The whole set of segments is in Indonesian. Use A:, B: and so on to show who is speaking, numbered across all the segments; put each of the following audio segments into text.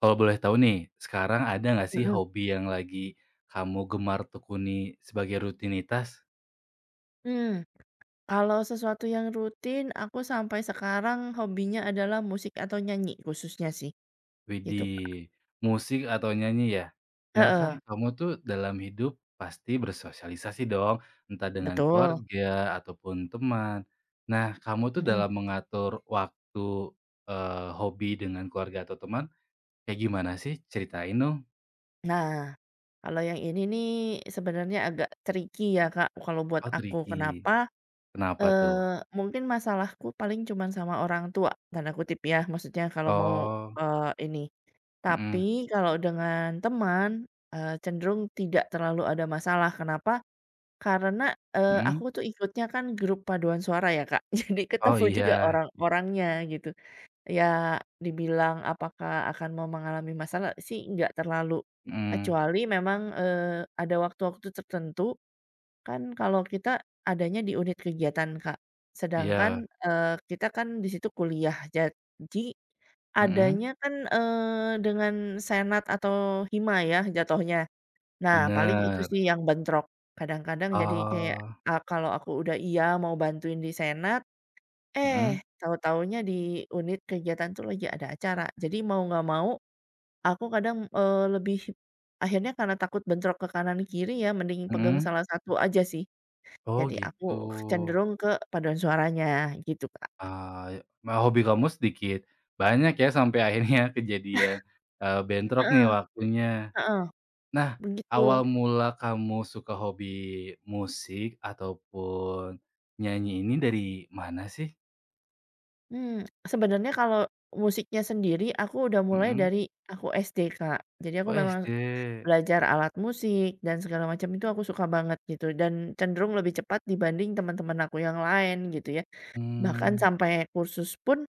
A: Kalau boleh tahu nih, sekarang ada nggak sih
B: Mhm,
A: hobi yang lagi kamu gemar tekuni sebagai rutinitas?
B: mmm, Kalau sesuatu yang rutin aku sampai sekarang hobinya adalah musik atau nyanyi khususnya sih, gitu, Kak.
A: Widih, musik atau nyanyi ya? Nah kan
B: Heeh,
A: kamu tuh dalam hidup pasti bersosialisasi dong, entah dengan
B: betul,
A: keluarga ataupun teman. Nah kamu tuh
B: mhm.
A: dalam mengatur waktu, hobi dengan keluarga atau teman, kayak gimana sih? Ceritain dong.
B: Nah, kalau yang ini nih sebenarnya agak tricky ya, Kak, kalau buat
A: Oh
B: aku.
A: tricky,
B: Kenapa?
A: kenapa tuh?
B: Eh, Mungkin masalahku paling cuman sama orang tua, tanda kutip ya, maksudnya kalau mau,
A: Oh,
B: ini. Tapi
A: mhm
B: kalau dengan teman, cenderung tidak terlalu ada masalah. Kenapa? Karena, aku
A: mhm.
B: tuh ikutnya kan grup paduan suara ya, Kak. Jadi
A: Oh
B: ketemu juga
A: iya,
B: orang-orangnya gitu. Ya dibilang apakah akan mau mengalami masalah sih nggak terlalu,
A: mhm,
B: kecuali memang, ada waktu-waktu tertentu kan kalau kita adanya di unit kegiatan, Kak. Sedangkan,
A: iya.
B: kita kan di situ kuliah. Jadi
A: Mhm,
B: adanya kan, dengan senat atau hima ya jatuhnya. Nah, paling itu
A: bener.
B: sih yang bentrok. Kadang-kadang jadi kayak,
A: Oh,
B: kalau aku udah iya mau bantuin di senat,
A: mhm
B: eh, tahu-tahunya di unit kegiatan tuh lagi ada acara. Jadi mau nggak mau, aku kadang, lebih akhirnya karena takut bentrok ke kanan kiri ya, mending pegang
A: mhm.
B: salah satu aja sih.
A: Oh
B: Jadi aku
A: gitu.
B: cenderung ke paduan suaranya gitu, Kak.
A: Ah, hobi kamu sedikit banyak ya sampai akhirnya kejadian, bentrok nih
B: Heeh
A: waktunya.
B: heeh,
A: Nah,
B: begitu.
A: awal mula kamu suka hobi musik ataupun nyanyi ini dari mana sih?
B: Mmm, Sebenarnya kalau musiknya sendiri aku udah mulai
A: Mhm.
B: dari aku SD, Kak. Jadi aku
A: Oh
B: memang
A: SD.
B: belajar alat musik dan segala macam itu aku suka banget gitu dan cenderung lebih cepat dibanding teman-teman aku yang lain gitu ya. Bahkan
A: Mmm,
B: sampai kursus pun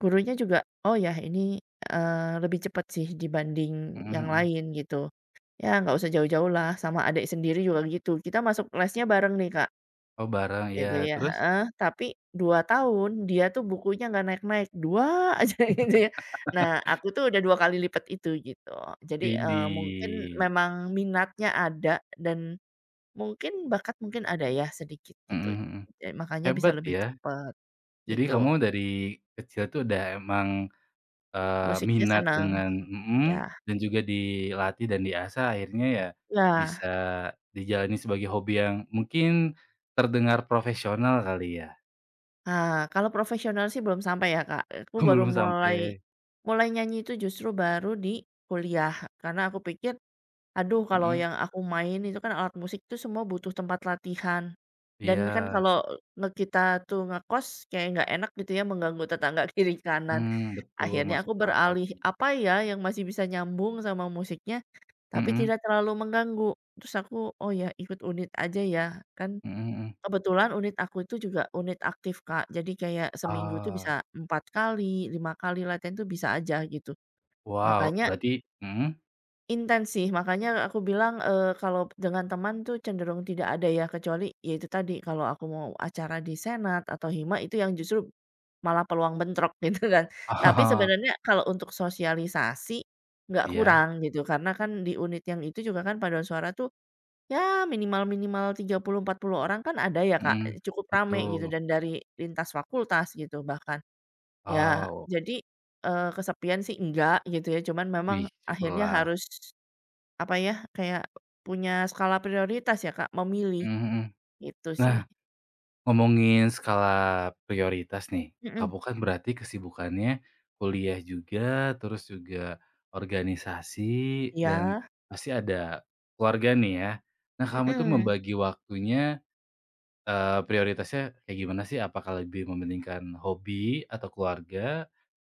B: gurunya juga, "Oh ya ini, lebih cepat sih dibanding
A: mhm
B: yang
A: mhm.
B: lain," gitu. Ya nggak usah jauh-jauh lah sama adik sendiri juga gitu, kita masuk lesnya bareng nih, Kak.
A: Oh bareng, ya
B: Gitu ya,
A: terus?
B: heeh, tapi 2 tahun dia tuh bukunya nggak naik-naik, 2 aja gitu ya. Nah, aku tuh udah 2 kali lipat itu gitu. Jadi, mungkin
A: Widih.
B: memang minatnya ada dan mungkin bakat mungkin ada ya sedikit gitu,
A: Mhm mhm.
B: makanya bisa
A: Hebat
B: lebih
A: ya.
B: cepet
A: Jadi
B: gitu.
A: kamu dari kecil tuh udah emang, eee,
B: Musiknya
A: minat
B: senang,
A: dengan mhm,
B: ya,
A: dan juga dilatih dan diasah akhirnya ya
B: ya.
A: bisa dijalani sebagai hobi yang mungkin terdengar profesional kali ya?
B: Nah, kalau profesional sih belum sampai ya, Kak, aku baru
A: Belum
B: mulai
A: sampai.
B: mulai nyanyi itu justru baru di kuliah, karena aku pikir aduh, kalau
A: Mhm,
B: yang aku main itu kan alat musik tuh semua butuh tempat latihan. Dan kan
A: iya.
B: kalau kita tuh ngekos kayak nggak enak gitu ya mengganggu tetangga kiri kanan.
A: Betul
B: Akhirnya aku
A: masuk akal
B: beralih,
A: sih.
B: apa ya yang masih bisa nyambung sama musiknya, tapi
A: Mhm
B: tidak terlalu mengganggu. Terus aku, oh ya ikut unit aja ya, kan
A: mhm mhm.
B: kebetulan unit aku itu juga unit aktif Kak, jadi kayak seminggu tuh
A: Ah,
B: bisa 4 kali, 5 kali latihan tuh bisa aja gitu.
A: wow
B: Makanya
A: berarti mhm?
B: intens sih, makanya aku bilang, kalau dengan teman tuh cenderung tidak ada ya, kecuali ya itu tadi, kalau aku mau acara di senat atau hima itu yang justru malah peluang bentrok gitu kan. Tapi
A: Oh,
B: sebenarnya kalau untuk sosialisasi nggak
A: iya,
B: kurang gitu, karena kan di unit yang itu juga kan paduan suara tuh ya minimal-minimal tiga puluh empat puluh orang kan ada ya, Kak,
A: mhm,
B: cukup rame gitu
A: betul.
B: dan dari lintas fakultas gitu bahkan. Ya
A: Oh,
B: jadi, kesepian sih enggak gitu ya, cuman memang
A: wih
B: akhirnya
A: syukurlah.
B: harus apa ya, kayak punya skala prioritas ya, Kak, memilih,
A: Mhm mhm.
B: gitu sih.
A: Nah, ngomongin skala prioritas nih,
B: Mhm,
A: kamu kan berarti kesibukannya kuliah juga, terus juga organisasi, dan
B: iya,
A: pasti ada keluarga nih ya. Nah, kamu itu
B: mhm.
A: membagi waktunya, prioritasnya kayak gimana sih? Apakah lebih mementingkan hobi atau keluarga,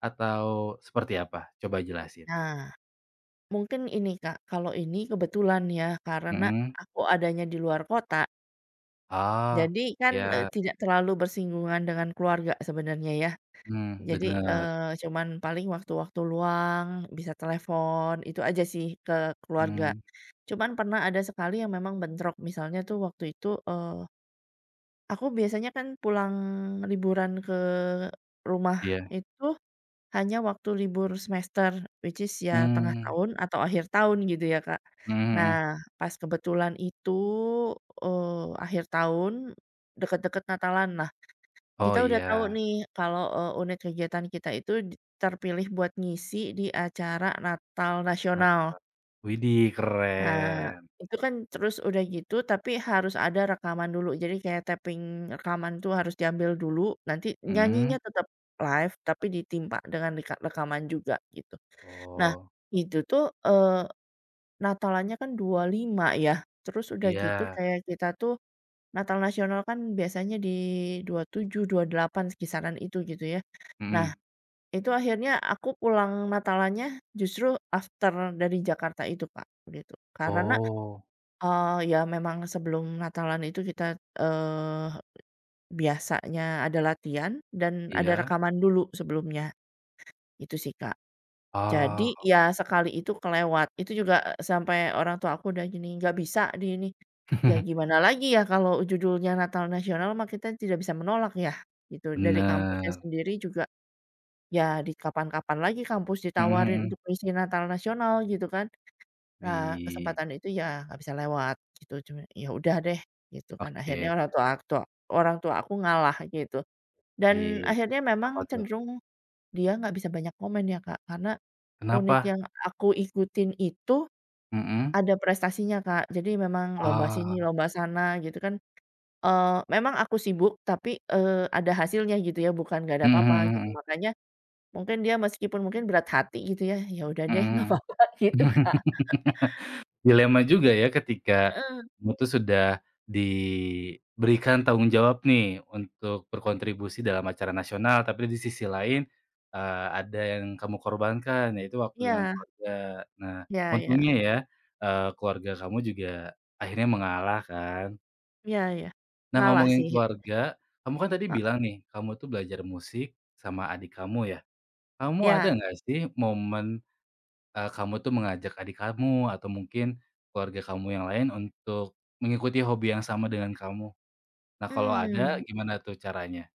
A: atau seperti apa? Coba jelasin.
B: Nah, mungkin ini, Kak, kalau ini kebetulan ya, karena
A: Mhm.
B: aku adanya di luar kota,
A: Oh,
B: jadi kan,
A: iya.
B: tidak terlalu bersinggungan dengan keluarga sebenarnya ya. Jadi,
A: Bener.
B: cuman paling waktu-waktu luang bisa telepon, itu aja sih ke keluarga.
A: mmm,
B: Cuman pernah ada sekali yang memang bentrok, misalnya tuh waktu itu, aku biasanya kan pulang liburan ke rumah
A: iya.
B: itu hanya waktu libur semester, which is ya tengah
A: mmm,
B: tahun atau akhir tahun gitu ya, Kak.
A: mhm mhm.
B: Nah, pas kebetulan itu, akhir tahun, deket-deket Natalan. Nah,
A: Oh,
B: kita udah tahu
A: iya.
B: nih kalau, unit kegiatan kita itu terpilih buat ngisi di acara Natal Nasional.
A: Widih,
B: Nah,
A: keren.
B: itu kan terus udah gitu tapi harus ada rekaman dulu. Jadi kayak taping rekaman tuh harus diambil dulu, nanti nyanyinya
A: Mhm.
B: tetap live tapi ditimpa dengan rekaman juga gitu. Nah,
A: Oh,
B: itu tuh, eee, Natalannya kan 25 ya, terus udah gitu
A: iya.
B: kayak kita tuh Natal Nasional kan biasanya di 27, delapan kisaran itu gitu ya. Nah,
A: Mhm.
B: itu akhirnya aku pulang Natalannya justru after dari Jakarta itu Kak, gitu. Karena
A: Oh,
B: Ya memang sebelum Natalan itu kita, eee, biasanya ada latihan dan ada
A: iya?
B: rekaman dulu sebelumnya, itu sih, Kak. Jadi
A: Oh,
B: ya sekali itu kelewat, itu juga, sampai orang tua aku udah gini, "Nggak bisa di ini." Ya gimana lagi ya kalau judulnya Natal Nasional mah kita tidak bisa menolak ya, gitu. Dari kampusnya
A: bener.
B: sendiri juga ya di kapan-kapan lagi kampus
A: Mhm
B: ditawarin
A: mhm.
B: untuk ngisi Natal Nasional gitu kan. Nah,
A: Wih,
B: kesempatan itu ya nggak bisa lewat gitu, cuma ya udah deh gitu kan, akhirnya
A: oke.
B: orang tua aku ngalah gitu. Dan
A: Wih,
B: akhirnya memang
A: apa tuh?
B: cenderung dia nggak bisa banyak komen ya, Kak, karena unit
A: Kenapa?
B: yang aku ikutin itu
A: Mhm.
B: ada prestasinya, Kak. Jadi memang lomba sini,
A: Ah.
B: lomba sana gitu kan, eee, memang aku sibuk tapi, ada hasilnya gitu ya, bukan nggak ada
A: Mhm
B: apa-apa
A: mhm
B: gitu.
A: mhm.
B: Makanya mungkin dia meskipun mungkin berat hati gitu ya, ya udah deh nggak
A: Mhm
B: apa-apa
A: mhm.
B: gitu, Kak.
A: Dilema juga ya ketika
B: Heeh,
A: kamu tuh sudah diberikan tanggung jawab nih untuk berkontribusi dalam acara nasional, tapi di sisi lain, ada yang kamu korbankan, yaitu waktu dengan
B: iya.
A: keluarga. Nah,
B: Iya, iya.
A: untungnya ya, keluarga kamu juga akhirnya mengalah kan.
B: Iya, iya.
A: Nah,
B: Ngalah
A: ngomongin
B: sih,
A: keluarga, kamu kan tadi
B: heeh,
A: bilang nih, kamu tuh belajar musik sama adik kamu ya. Kamu
B: iya,
A: ada nggak sih momen kamu tuh mengajak adik kamu atau mungkin keluarga kamu yang lain untuk mengikuti hobi yang sama dengan kamu. Nah, kalau ada
B: mmm,
A: gimana tuh caranya?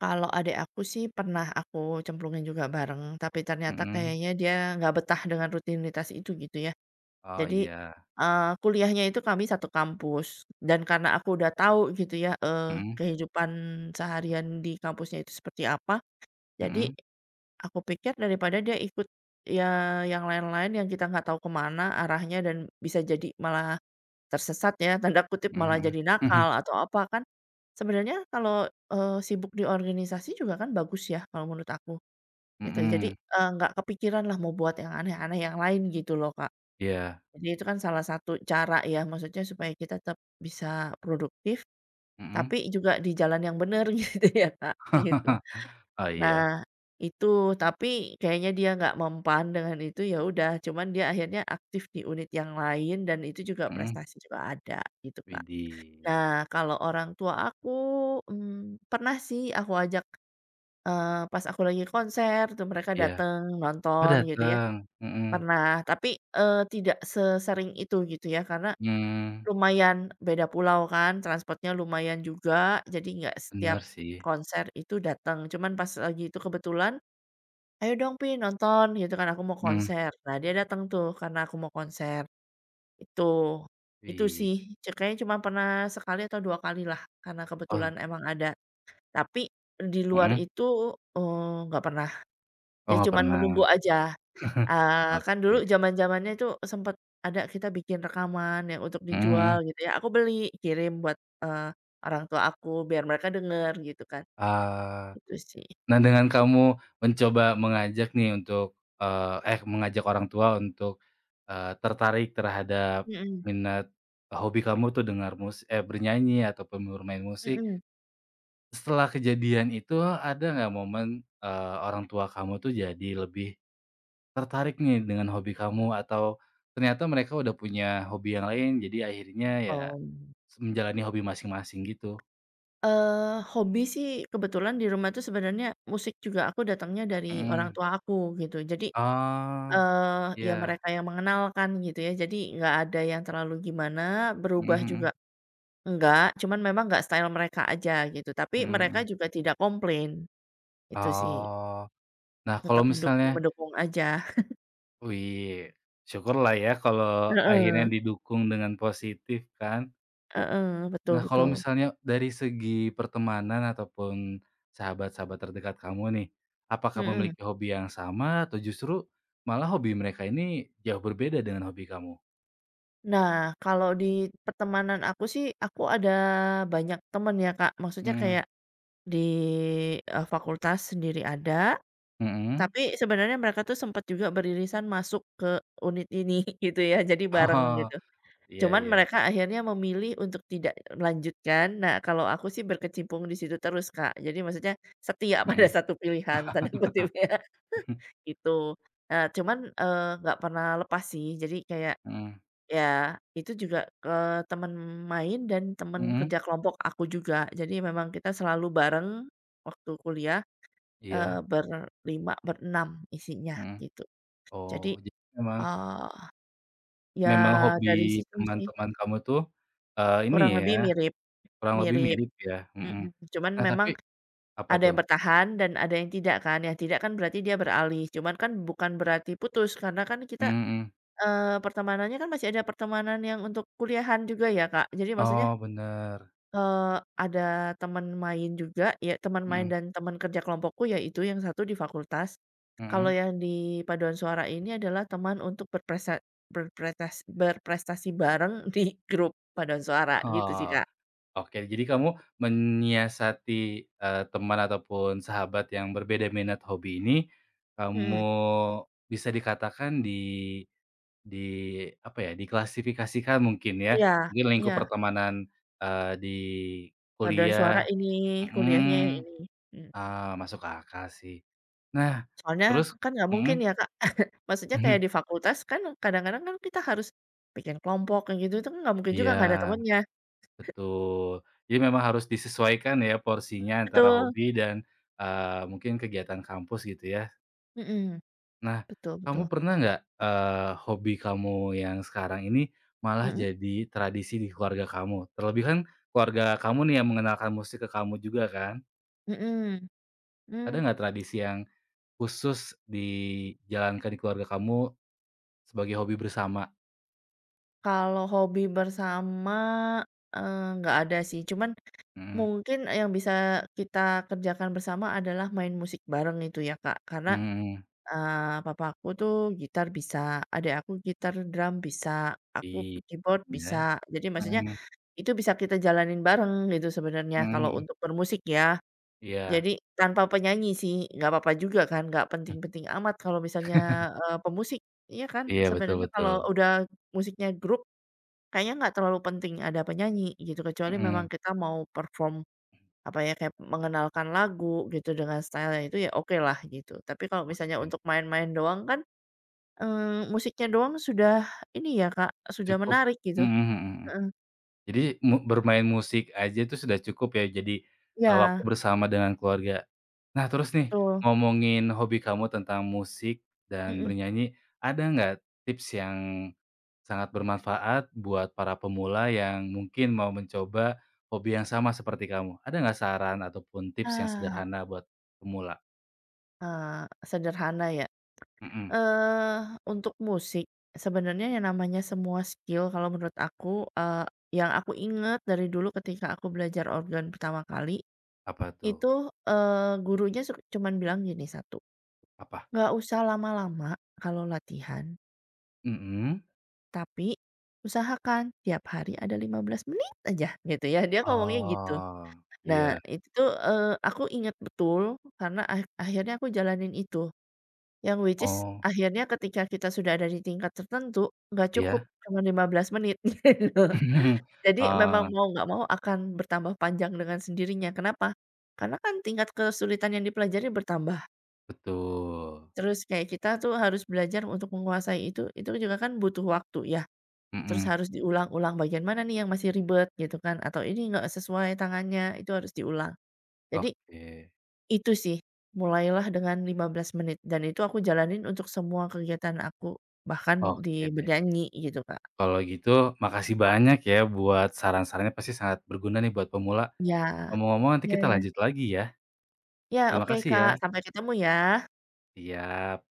B: kalau adik aku sih pernah aku cemplungin juga bareng, tapi ternyata
A: Mhm.
B: kayaknya dia nggak betah dengan rutinitas itu gitu ya.
A: Oh,
B: Jadi,
A: iya.
B: kuliahnya itu kami satu kampus dan karena aku udah tahu gitu ya,
A: Mhm
B: kehidupan seharian di kampusnya itu seperti apa, jadi
A: mhm
B: aku pikir daripada dia ikut ya yang lain-lain yang kita nggak tahu ke mana arahnya dan bisa jadi malah tersesat ya, tanda kutip malah
A: mhm
B: jadi
A: mhm
B: nakal atau apa kan, sebenarnya kalau, sibuk di organisasi juga kan bagus ya kalau menurut aku,
A: mhm
B: gitu. Jadi,
A: mhm.
B: nggak kepikiran lah mau buat yang aneh-aneh yang lain gitu loh, Kak.
A: Iya.
B: Jadi itu kan salah satu cara ya, maksudnya supaya kita tetap bisa produktif,
A: Mhm.
B: tapi juga di jalan yang bener gitu ya, Kak, gitu.
A: Oh, iya.
B: Nah, itu, tapi kayaknya dia nggak mempan dengan itu, ya udah, cuman dia akhirnya aktif di unit yang lain dan itu juga
A: Mhm.
B: prestasi juga ada, gitu, Kak.
A: Widih.
B: Nah, kalau orang tua aku, pernah sih aku ajak, pas aku lagi konser tuh mereka
A: Iya.
B: dateng
A: Oh,
B: nonton gitu ya,
A: datang. Mhm.
B: pernah. Tapi, tidak sesering itu gitu ya, karena
A: Mmm,
B: lumayan beda pulau kan, transportnya lumayan juga, jadi nggak setiap
A: bener sih.
B: konser itu dateng. Cuman pas lagi itu kebetulan, "Ayo dong Pi nonton," gitu kan, "aku mau
A: Mhm.
B: konser." Nah dia dateng tuh karena aku mau konser. Itu itu
A: Wih.
B: sih, kayaknya cuma pernah sekali atau dua kali lah karena
A: Oh,
B: kebetulan emang ada. Tapi di luar
A: mhm.
B: itu, eee, nggak pernah.
A: Oh,
B: Jadi
A: nggak
B: cuman
A: pernah.
B: menunggu aja, kan dulu
A: Oke.
B: zaman-zamannya itu sempet ada kita bikin rekaman yang untuk
A: Mhm
B: dijual
A: mhm.
B: gitu ya, aku beli, kirim buat, eee, orang tua aku biar mereka denger gitu kan,
A: Ah.
B: itu sih.
A: Nah, dengan kamu mencoba mengajak nih untuk, mengajak orang tua untuk, tertarik terhadap
B: Mhm
A: minat hobi kamu tuh bernyanyi ataupun bermain musik.
B: mhm.
A: Setelah kejadian itu ada nggak momen, orang tua kamu tuh jadi lebih tertarik nih dengan hobi kamu atau ternyata mereka udah punya hobi yang lain jadi akhirnya ya
B: Mmm,
A: menjalani hobi masing-masing gitu?
B: Hobi sih kebetulan di rumah tuh sebenarnya musik juga aku datangnya dari orang
A: Mhm.
B: tua aku gitu. Jadi
A: Oh,
B: Ya
A: iya.
B: mereka yang mengenalkan gitu ya, jadi nggak ada yang terlalu gimana,
A: Mhm
B: berubah juga
A: mhm.
B: enggak, cuman memang nggak style mereka aja gitu, tapi
A: Mhm
B: mereka
A: mhm.
B: juga tidak komplain, itu sih,
A: Oh. Nah, kalau
B: tetap
A: misalnya
B: mendukung-mendukung aja.
A: wih, syukurlah ya kalau akhirnya
B: Heeh
A: didukung dengan positif kan.
B: heeh, betul
A: Nah, kalau
B: betul,
A: misalnya dari segi pertemanan ataupun sahabat-sahabat terdekat kamu nih, apakah
B: mhm.
A: memiliki hobi yang sama atau justru malah hobi mereka ini jauh berbeda dengan hobi kamu?
B: Nah, kalau di pertemanan aku sih, aku ada banyak temen ya Kak, maksudnya
A: Mhm,
B: kayak di, fakultas sendiri ada.
A: mhm.
B: Tapi sebenarnya mereka tuh sempat juga beririsan masuk ke unit ini gitu ya, jadi bareng
A: Oh,
B: gitu.
A: iya
B: Cuman
A: iya,
B: mereka akhirnya memilih untuk tidak melanjutkan. Nah, kalau aku sih berkecimpung di situ terus, Kak. Jadi maksudnya setia pada
A: mhm,
B: satu pilihan tanda kutip ya, gitu. Nah, cuman, nggak pernah lepas sih. Jadi kayak
A: mhm,
B: ya itu juga, ke teman main dan teman
A: mhm,
B: kerja kelompok aku juga. Jadi memang kita selalu bareng waktu kuliah,
A: iya,
B: berlima, berenam isinya
A: mhm.
B: gitu. Jadi,
A: Oh, jadi memang
B: eee, ya
A: memang hobi
B: dari situ sih,
A: teman-teman kamu tuh, ini
B: kurang
A: ya.
B: lebih mirip
A: Kurang lebih
B: mirip,
A: mirip ya, mhm.
B: mhm, cuman
A: Nah
B: memang
A: tapi apa
B: ada
A: tuh?
B: yang bertahan dan ada yang tidak kan berarti dia beralih, cuman kan bukan berarti putus karena kan kita,
A: Mhm mhm.
B: pertemanannya kan masih ada pertemanan yang untuk kuliahan juga ya Kak, jadi maksudnya
A: Oh bener,
B: Ada teman main juga, ya teman main
A: mhm
B: dan teman kerja kelompokku, ya itu yang satu di fakultas. Kalau
A: mhm.
B: yang di paduan suara ini adalah teman untuk berpresa berpretas berprestasi bareng di grup paduan suara, gitu sih,
A: Oh,
B: Kak.
A: oke jadi kamu menyiasati, teman ataupun sahabat yang berbeda minat hobi ini,
B: Mhm.
A: kamu bisa dikatakan di apa ya, diklasifikasikan mungkin ya,
B: Iya,
A: mungkin lingkup
B: iya,
A: pertemanan, di
B: paduan suara
A: kuliah
B: ini, kuliahnya yang
A: mhm,
B: ini. Mhm.
A: masuk akal sih. Nah
B: Soalnya
A: terus
B: kan nggak mungkin
A: mhm?
B: ya, Kak, maksudnya kayak di fakultas kan kadang-kadang kan kita harus bikin kelompok kayak gitu, itu kan nggak mungkin juga
A: Iya,
B: nggak ada temennya.
A: betul. Jadi memang harus disesuaikan ya porsinya antara
B: Betul.
A: hobi dan, mungkin kegiatan kampus gitu ya.
B: Mhm.
A: Nah,
B: Betul
A: kamu
B: betul.
A: pernah nggak, hobi kamu yang sekarang ini malah
B: Mhm?
A: jadi tradisi di keluarga kamu? Terlebih kan keluarga kamu nih yang mengenalkan musik ke kamu juga kan?
B: Mhm,
A: Ada nggak
B: mmm,
A: tradisi yang khusus dijalankan di keluarga kamu sebagai hobi bersama?
B: kalau hobi bersama, nggak ada sih, cuman
A: Mhm,
B: mungkin yang bisa kita kerjakan bersama adalah main musik bareng itu ya, Kak. Karena,
A: mhm.
B: papa aku tuh gitar bisa, adek aku gitar drum bisa, aku
A: Iya.
B: keyboard bisa. Jadi maksudnya
A: Mhm,
B: itu bisa kita jalanin bareng gitu sebenarnya
A: mhm
B: kalau
A: mhm.
B: untuk bermusik ya.
A: Iya.
B: Jadi tanpa penyanyi sih, nggak apa-apa juga kan, nggak penting-penting amat kalau misalnya, pemusik, iya kan?
A: Iya, betul
B: Sebenarnya kalau
A: betul.
B: udah musiknya grup, kayaknya nggak terlalu penting ada penyanyi gitu, kecuali memang
A: Mhm,
B: kita mau perform, apa ya, kayak mengenalkan lagu gitu dengan style itu ya okelah gitu. Tapi kalau misalnya
A: oke.
B: untuk main-main doang kan, eee, musiknya doang sudah ini ya Kak, sudah
A: Cukup
B: menarik gitu.
A: mhm mhm mhm.
B: Heeh,
A: Jadi bermain musik aja itu sudah cukup ya, jadi, waktu
B: iya
A: bersama dengan keluarga. Nah, terus nih,
B: betul,
A: ngomongin hobi kamu tentang musik dan
B: mhm.
A: bernyanyi, ada nggak tips yang sangat bermanfaat buat para pemula yang mungkin mau mencoba hobi yang sama seperti kamu? Ada nggak saran ataupun tips yang
B: Ah,
A: sederhana buat pemula?
B: Sederhana ya.
A: Mhm,
B: Untuk musik, sebenarnya yang namanya semua skill kalau menurut aku, yang aku ingat dari dulu ketika aku belajar organ pertama kali,
A: apa tuh?
B: itu, gurunya cuman bilang gini satu,
A: Apa?
B: "Nggak usah lama-lama kalau latihan,
A: Mhm.
B: tapi usahakan tiap hari ada 15 menit aja," gitu ya, dia ngomongnya gitu.
A: Oh,
B: Nah,
A: iya.
B: itu tuh, aku ingat betul karena akhirnya aku jalanin itu. Yang which is
A: Oh,
B: akhirnya ketika kita sudah ada di tingkat tertentu, nggak cukup
A: iya?
B: cuma 15 menit gitu. Jadi memang
A: Eee,
B: mau nggak mau akan bertambah panjang dengan sendirinya. Kenapa? Karena kan tingkat kesulitan yang dipelajari bertambah.
A: betul.
B: Terus kayak kita tuh harus belajar untuk menguasai itu juga kan butuh waktu ya. Terus
A: Mhm.
B: harus diulang-ulang bagian mana nih yang masih ribet gitu kan, atau ini nggak sesuai tangannya, itu harus diulang. Jadi
A: Oke.
B: itu sih, mulailah dengan 15 menit dan itu aku jalanin untuk semua kegiatan aku, bahkan
A: Oke
B: di
A: deh.
B: bernyanyi gitu, Kak.
A: Kalau gitu makasih banyak ya buat saran-sarannya pasti sangat berguna nih buat pemula.
B: Iya,
A: Ngomong-ngomong nanti
B: iya,
A: kita
B: iya.
A: lanjut lagi ya.
B: Iya,
A: Terima
B: oke,
A: kasih ya.
B: Kak, sampai ketemu ya.
A: Iya.